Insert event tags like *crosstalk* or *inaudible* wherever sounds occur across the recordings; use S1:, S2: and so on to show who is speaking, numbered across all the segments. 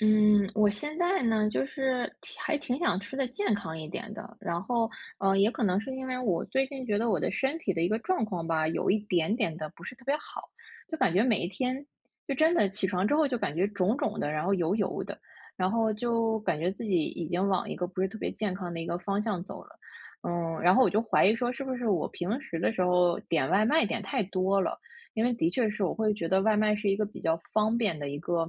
S1: 嗯，我现在呢，就是挺想吃的健康一点的，然后，也可能是因为我最近觉得我的身体的一个状况吧，有一点点的不是特别好，就感觉每一天就真的起床之后就感觉肿肿的，然后油油的，然后就感觉自己已经往一个不是特别健康的一个方向走了，然后我就怀疑说是不是我平时的时候点外卖点太多了。因为的确是我会觉得外卖是一个比较方便的一个，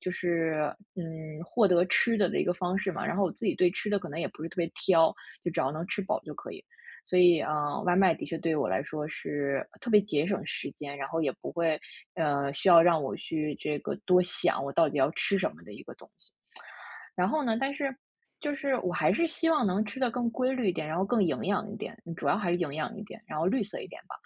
S1: 就是获得吃的的一个方式嘛。然后我自己对吃的可能也不是特别挑，就只要能吃饱就可以。所以，外卖的确对于我来说是特别节省时间，然后也不会，需要让我去这个多想我到底要吃什么的一个东西。然后呢，但是就是我还是希望能吃的更规律一点，然后更营养一点，主要还是营养一点，然后绿色一点吧。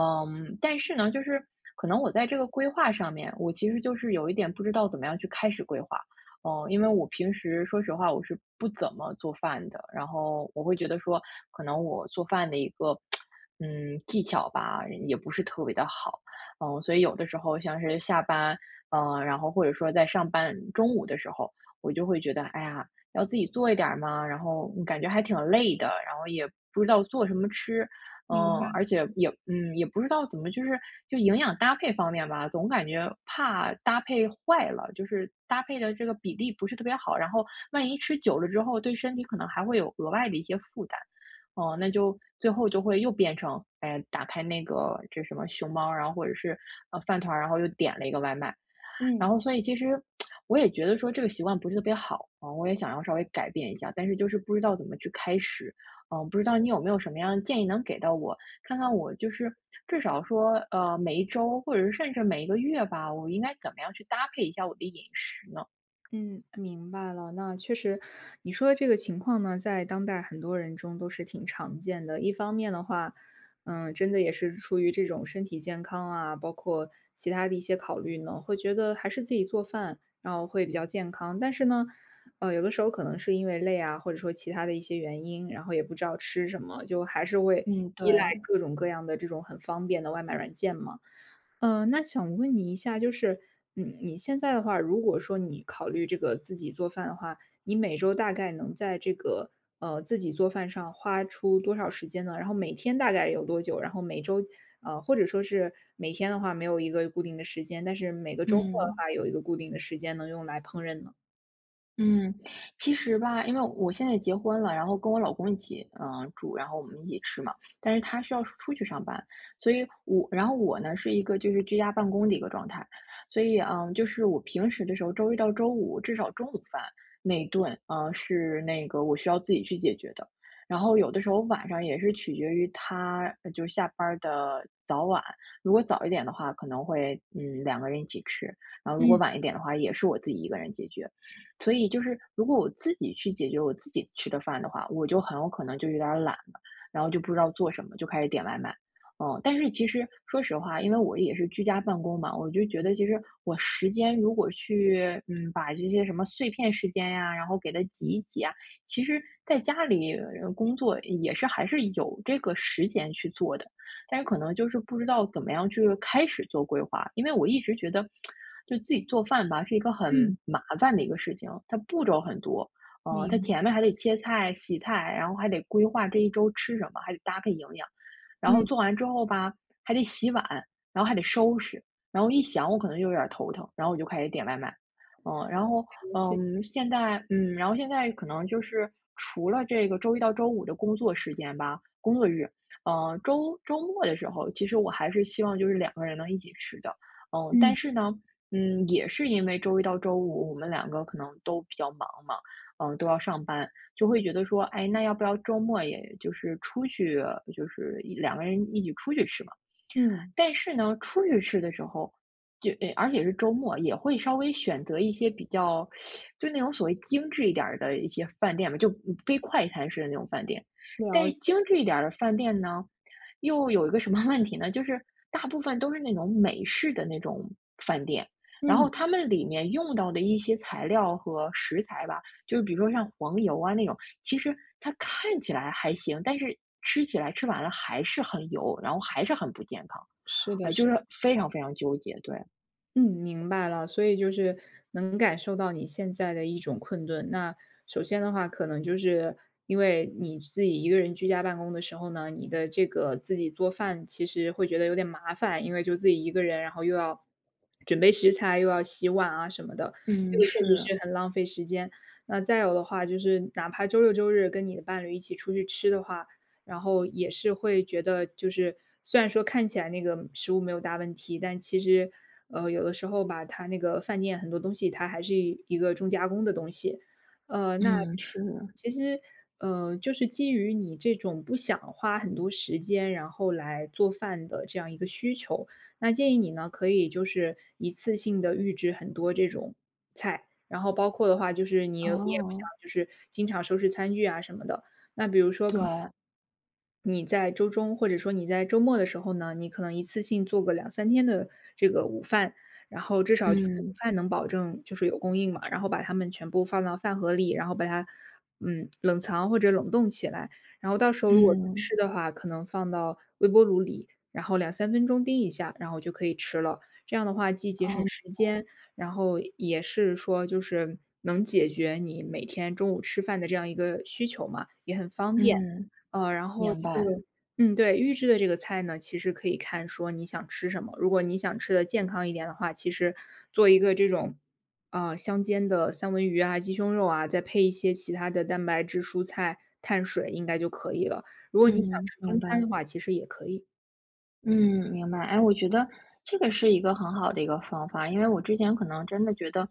S1: 但是呢，就是可能我在这个规划上面，我其实就是有一点不知道怎么样去开始规划。因为我平时说实话，我是不怎么做饭的，然后我会觉得说，可能我做饭的一个技巧吧，也不是特别的好。所以有的时候像是下班，然后或者说在上班中午的时候。我就会觉得，哎呀，要自己做一点儿嘛，然后感觉还挺累的，然后也不知道做什么吃，
S2: 明白，
S1: 而且也也不知道怎么就营养搭配方面吧，总感觉怕搭配坏了，就是搭配的这个比例不是特别好，然后万一吃久了之后，对身体可能还会有额外的一些负担。哦，那就最后就会又变成，哎，打开那个这什么熊猫，然后或者是饭团儿，然后又点了一个外卖，然
S2: 嗯
S1: 后所以其实我也觉得说这个习惯不是特别好，啊，我也想要稍微改变一下，但是就是不知道怎么去开始，不知道你有没有什么样的建议能给到我，看看我就是至少说，每一周或者是甚至每一个月吧，我应该怎么样去搭配一下我的饮食呢？
S2: 嗯，明白了。那确实，你说的这个情况呢，在当代很多人中都是挺常见的。一方面的话，真的也是出于这种身体健康啊，包括其他的一些考虑呢，会觉得还是自己做饭，然后会比较健康。但是呢，有的时候可能是因为累啊，或者说其他的一些原因，然后也不知道吃什么，就还是会
S1: 嗯，对，
S2: 依赖各种各样的这种很方便的外卖软件嘛。嗯，那想问你一下，就是，你现在的话，如果说你考虑这个自己做饭的话，你每周大概能在这个自己做饭上花出多少时间呢？然后每天大概有多久？然后每周，或者说是每天的话没有一个固定的时间，但是每个周末的
S1: 嗯。
S2: 话有一个固定的时间能用来烹饪呢？
S1: 嗯，其实吧，因为我现在结婚了，然后跟我老公一起，住，然后我们一起吃嘛。但是他需要出去上班，所以我，然后我呢是一个就是居家办公的一个状态，所以，就是我平时的时候，周一到周五至少中午饭那一顿，是那个我需要自己去解决的。然后有的时候晚上也是取决于他，就下班儿的早晚。如果早一点的话，可能会两个人一起吃，然后如果
S2: 嗯
S1: 晚一点的话，也是我自己一个人解决。所以就是如果我自己去解决我自己吃的饭的话，我就很有可能就有点儿懒了，然后就不知道做什么，就开始点外卖。但是其实说实话，因为我也是居家办公嘛，我就觉得其实我时间如果去，把这些什么碎片时间呀，然后给它挤一挤啊，其实在家里工作也是还是有这个时间去做的。但是可能就是不知道怎么样去开始做规划。因为我一直觉得，就自己做饭吧，是一个
S2: 嗯，
S1: 很麻烦的一个事情，它步骤很多，它
S2: 明
S1: 前面还得切菜、洗菜，然后还得规划这一周吃什么，还得搭配营养，然后
S2: 嗯，
S1: 做完之后吧，还得洗碗，然后还得收拾，然后一想我可能就有点儿头疼，然后我就开始点外卖，然后
S2: 了解，
S1: 现在然后现在可能就是除了这个周一到周五的工作时间吧，工作日，周末的时候，其实我还是希望就是两个人能一起吃的。但
S2: 嗯
S1: 是呢，也是因为周一到周五我们两个可能都比较忙嘛，都要上班，就会觉得说，哎，那要不要周末也就是出去，就是一两个人一起出去吃嘛？
S2: 嗯，
S1: 但是呢，出去吃的时候，就而且是周末，也会稍微选择一些比较，就那种所谓精致一点儿的一些饭店吧，就非快餐式的那种饭店。但
S2: 了
S1: 是
S2: 解，
S1: 精致一点儿的饭店呢，又有一个什么 *laughs* 问题呢？就是大部分都是那种美式的那种饭店，然
S2: 嗯，
S1: 后他们里面用到的一些材料和食材吧，就是比如说像黄油啊那种，其实它看起来还行，但是吃起来吃完了还是很油，然后还是很不健康。
S2: 是的，
S1: 哎，
S2: 是
S1: 就
S2: 的。
S1: 是非常非常纠结，对。
S2: 嗯，明白了，所以就是能感受到你现在的一种困顿。那首先的话，可能就是因为你自己一个人居家办公的时候呢，你的这个自己做饭其实会觉得有点麻烦，因为就自己一个人，然后又要准备食材，又要洗碗啊什么的，这
S1: 嗯，
S2: 个确实
S1: 是，
S2: 是很浪费时间。那再有的话，就是哪怕周六周日跟你的伴侣一起出去吃的话，然后也是会觉得，就是虽然说看起来那个食物没有大问题，但其实，有的时候吧，它那个饭店很多东西它还是一个重加工的东西，呃，那
S1: 嗯，是，
S2: 其实，就是基于你这种不想花很多时间，然后来做饭的这样一个需求，那建议你呢，可以就是一次性的预制很多这种菜，然后包括的话，就是你也不想
S1: 哦，
S2: 就是经常收拾餐具啊什么的。那比如说可
S1: 对，
S2: 能你在周中或者说你在周末的时候呢，你可能一次性做个两三天的这个午饭，然后至少就是午
S1: 嗯，
S2: 饭能保证就是有供应嘛，然后把它们全部放到饭盒里，然后把它，嗯，冷藏或者冷冻起来。然后到时候如果说
S1: 嗯，
S2: 吃的话，可能放到微波炉里，然后两三分钟叮一下，然后就可以吃了。这样的话既节省
S1: 哦，
S2: 时间，然后也是说就是能解决你每天中午吃饭的这样一个需求嘛，也很方便。
S1: 嗯，
S2: 呃，然后
S1: 明
S2: 这个
S1: 白，
S2: 嗯，对，预制的这个菜呢，其实可以看说你想吃什么。如果你想吃的健康一点的话，其实做一个这种，香煎的三文鱼啊、鸡胸肉啊，再配一些其他的蛋白质、蔬菜、碳水，应该就可以了。如果你想
S1: 嗯。
S2: 吃
S1: 明
S2: 中
S1: 白。
S2: 餐的话，其实也可以。
S1: 嗯，明白。哎，我觉得这个是一个很好的一个方法，因为我之前可能真的觉得，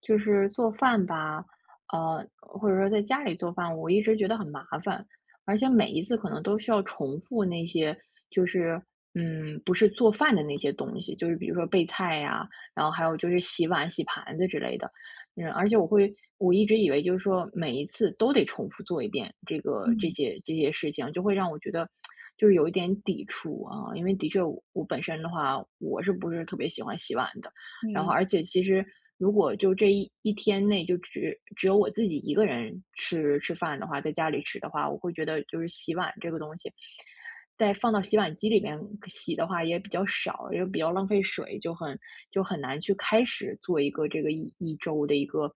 S1: 就是做饭吧，或者说在家里做饭，我一直觉得很麻烦，而且每一次可能都需要重复那些，就是不是做饭的那些东西，就是比如说备菜呀，然后还有就是洗碗、洗盘子之类的。而且我一直以为就是说每一次都得重复做一遍这个这
S2: 嗯，
S1: 些这些事情，就会让我觉得就是有一点抵触啊。因为的确我，我本身的话，我是不是特别喜欢洗碗的？然后，
S2: 明
S1: 而且其实如果就这一天内就只有我自己一个人吃饭的话，在家里吃的话，我会觉得就是洗碗这个东西，再放到洗碗机里面洗的话也比较少，也比较浪费水，就很难去开始做一个这个一周的一个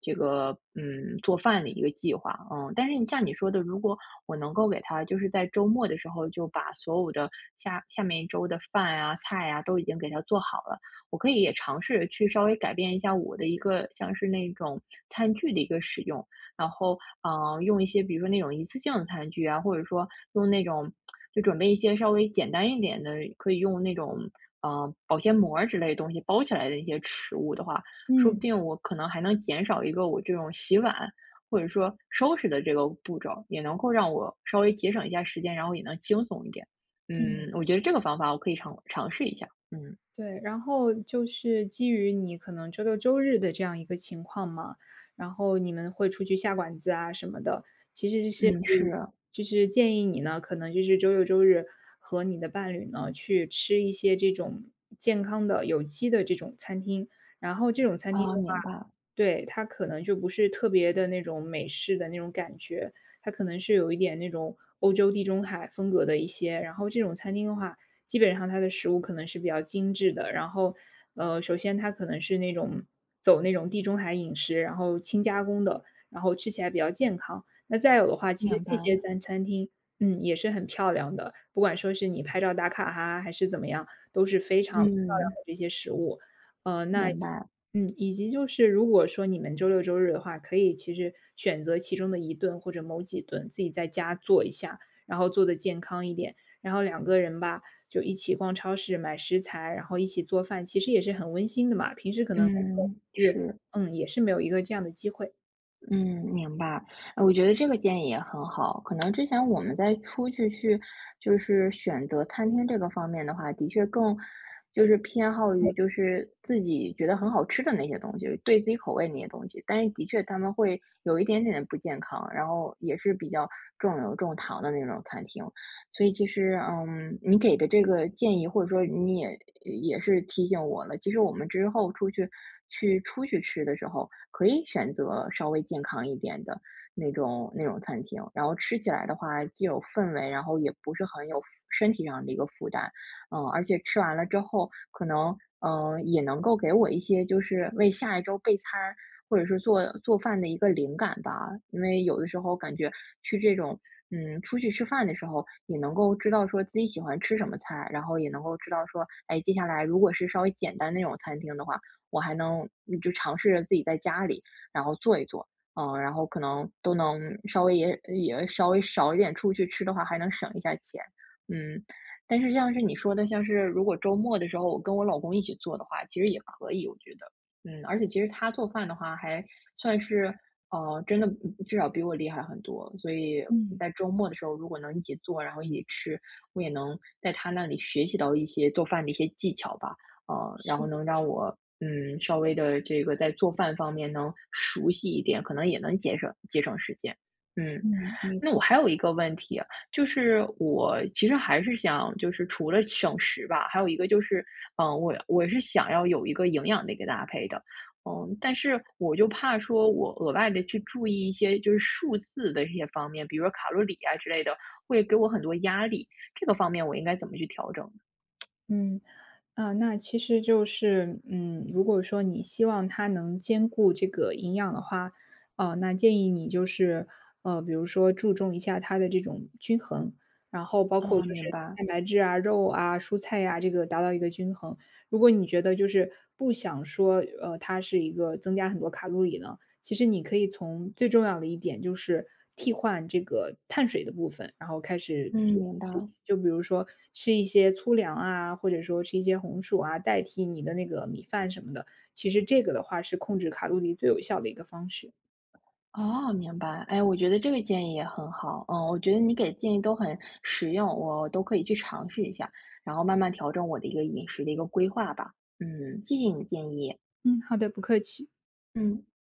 S1: 这个做饭的一个计划，但是你像你说的，如果我能够给他就是在周末的时候就把所有的下面一周的饭啊菜啊都已经给他做好了，我可以也尝试去稍微改变一下我的一个像是那种餐具的一个使用，然后用一些比如说那种一次性的餐具啊，或者说用那种就准备一些稍微简单一点的，可以用那种，保鲜膜儿之类的东西包起来的一些食物的话，说不
S2: 嗯
S1: 定我可能还能减少一个我这种洗碗或者说收拾的这个步骤，也能够让我稍微节省一下时间，然后也能轻松一点。
S2: 嗯。
S1: 我觉得这个方法我可以尝试一下。嗯。
S2: 对，然后就是基于你可能周六周日的这样一个情况嘛，然后你们会出去下馆子啊什么的，其实就是可
S1: 嗯，
S2: 以，
S1: 是，
S2: 就是建议你呢，可能就是周六周日和你的伴侣呢去吃一些这种健康的、有机的这种餐厅，然后这种餐厅的
S1: 啊，
S2: 话，
S1: 明白，
S2: 对，它可能就不是特别的那种美式的那种感觉，它可能是有一点那种欧洲地中海风格的一些，然后这种餐厅的话。基本上它的食物可能是比较精致的。然后，首先它可能是那种走那种地中海饮食，然后轻加工的，然后吃起来比较健康。那再有的话，其实
S1: 明白，
S2: 这些餐厅，嗯，也是很漂亮的，不管说是你拍照打卡哈，还是怎么样，都是非常漂亮
S1: 嗯，
S2: 的这些食物。呃，
S1: 明白，
S2: 嗯，以及就是如果说你们周六周日的话，可以其实选择其中的一顿或者某几顿，自己在家做一下，然后做的健康一点。然后两个人吧，就一起逛超市买食材，然后一起做饭，其实也是很温馨的嘛。平时可能工作
S1: 嗯，
S2: 日
S1: 是。
S2: 嗯，也是没有一个这样的机会。
S1: 嗯，明白。我觉得这个建议也很好。可能之前我们在出去，就是选择餐厅这个方面的话，的确更就是偏好于就是自己觉得很好吃的那些东西，对自己口味那些东西。但是的确他们会有一点点的不健康，然后也是比较重油重糖的那种餐厅。所以其实，你给的这个建议，或者说你也是提醒我了。其实我们之后出去吃的时候，可以选择稍微健康一点的那种餐厅，然后吃起来的话，既有氛围，然后也不是很有负身体上的一个负担，而且吃完了之后，可能也能够给我一些就是为下一周备餐或者是做做饭的一个灵感吧。因为有的时候感觉去这种，出去吃饭的时候，也能够知道说自己喜欢吃什么菜，然后也能够知道说，哎，接下来如果是稍微简单那种餐厅的话，我还能就尝试着自己在家里，然后做一做。然后可能都能稍微也稍微少一点出去吃的话，还能省一下钱。嗯，但是像是你说的，像是如果周末的时候我跟我老公一起做的话，其实也可以，我觉得。而且其实他做饭的话还算是，真的至少比我厉害很多，所以
S2: 嗯，
S1: 在周末的时候，如果能一起做，然后一起吃，我也能在他那里学习到一些做饭的一些技巧吧，然
S2: 是
S1: 后
S2: 的。
S1: 能让我，稍微的这个在做饭方面能熟悉一点，可能也能节省节省时间，嗯。
S2: 嗯，没
S1: 那我
S2: 错，
S1: 还有一个问题啊，就是我其实还是想，就是除了省时吧，还有一个就是，我是想要有一个营养的一个搭配的，但是我就怕说我额外的去注意一些就是数字的这些方面，比如说卡路里啊之类的，会给我很多压力，这个方面我应该怎么去调整？
S2: 嗯。啊，那其实就是，嗯，如果说你希望它能兼顾这个营养的话，那建议你就是，比如说注重一下它的这种均衡，然后包括
S1: 啊，
S2: 就
S1: 明
S2: 是
S1: 白，
S2: 蛋白质啊、肉啊、蔬菜呀、这个达到一个均衡。如果你觉得就是不想说，它是一个增加很多卡路里呢，其实你可以从最重要的一点就是替换这个碳水的部分，然后开始
S1: 嗯，
S2: 做一
S1: 明白。
S2: 些事情。就比如说吃一些粗粮啊，或者说吃一些红薯啊，代替你的那个米饭什么的。其实这个的话是控制卡路里最有效的一个方式。
S1: 哦，明白。哎，我觉得这个建议也很好。嗯，我觉得你给的建议都很实用，我都可以去尝试一下，然后慢慢调整我的一个饮食的一个规划吧。嗯，谢谢你的建议。
S2: 嗯，好的，不客气。
S1: 嗯。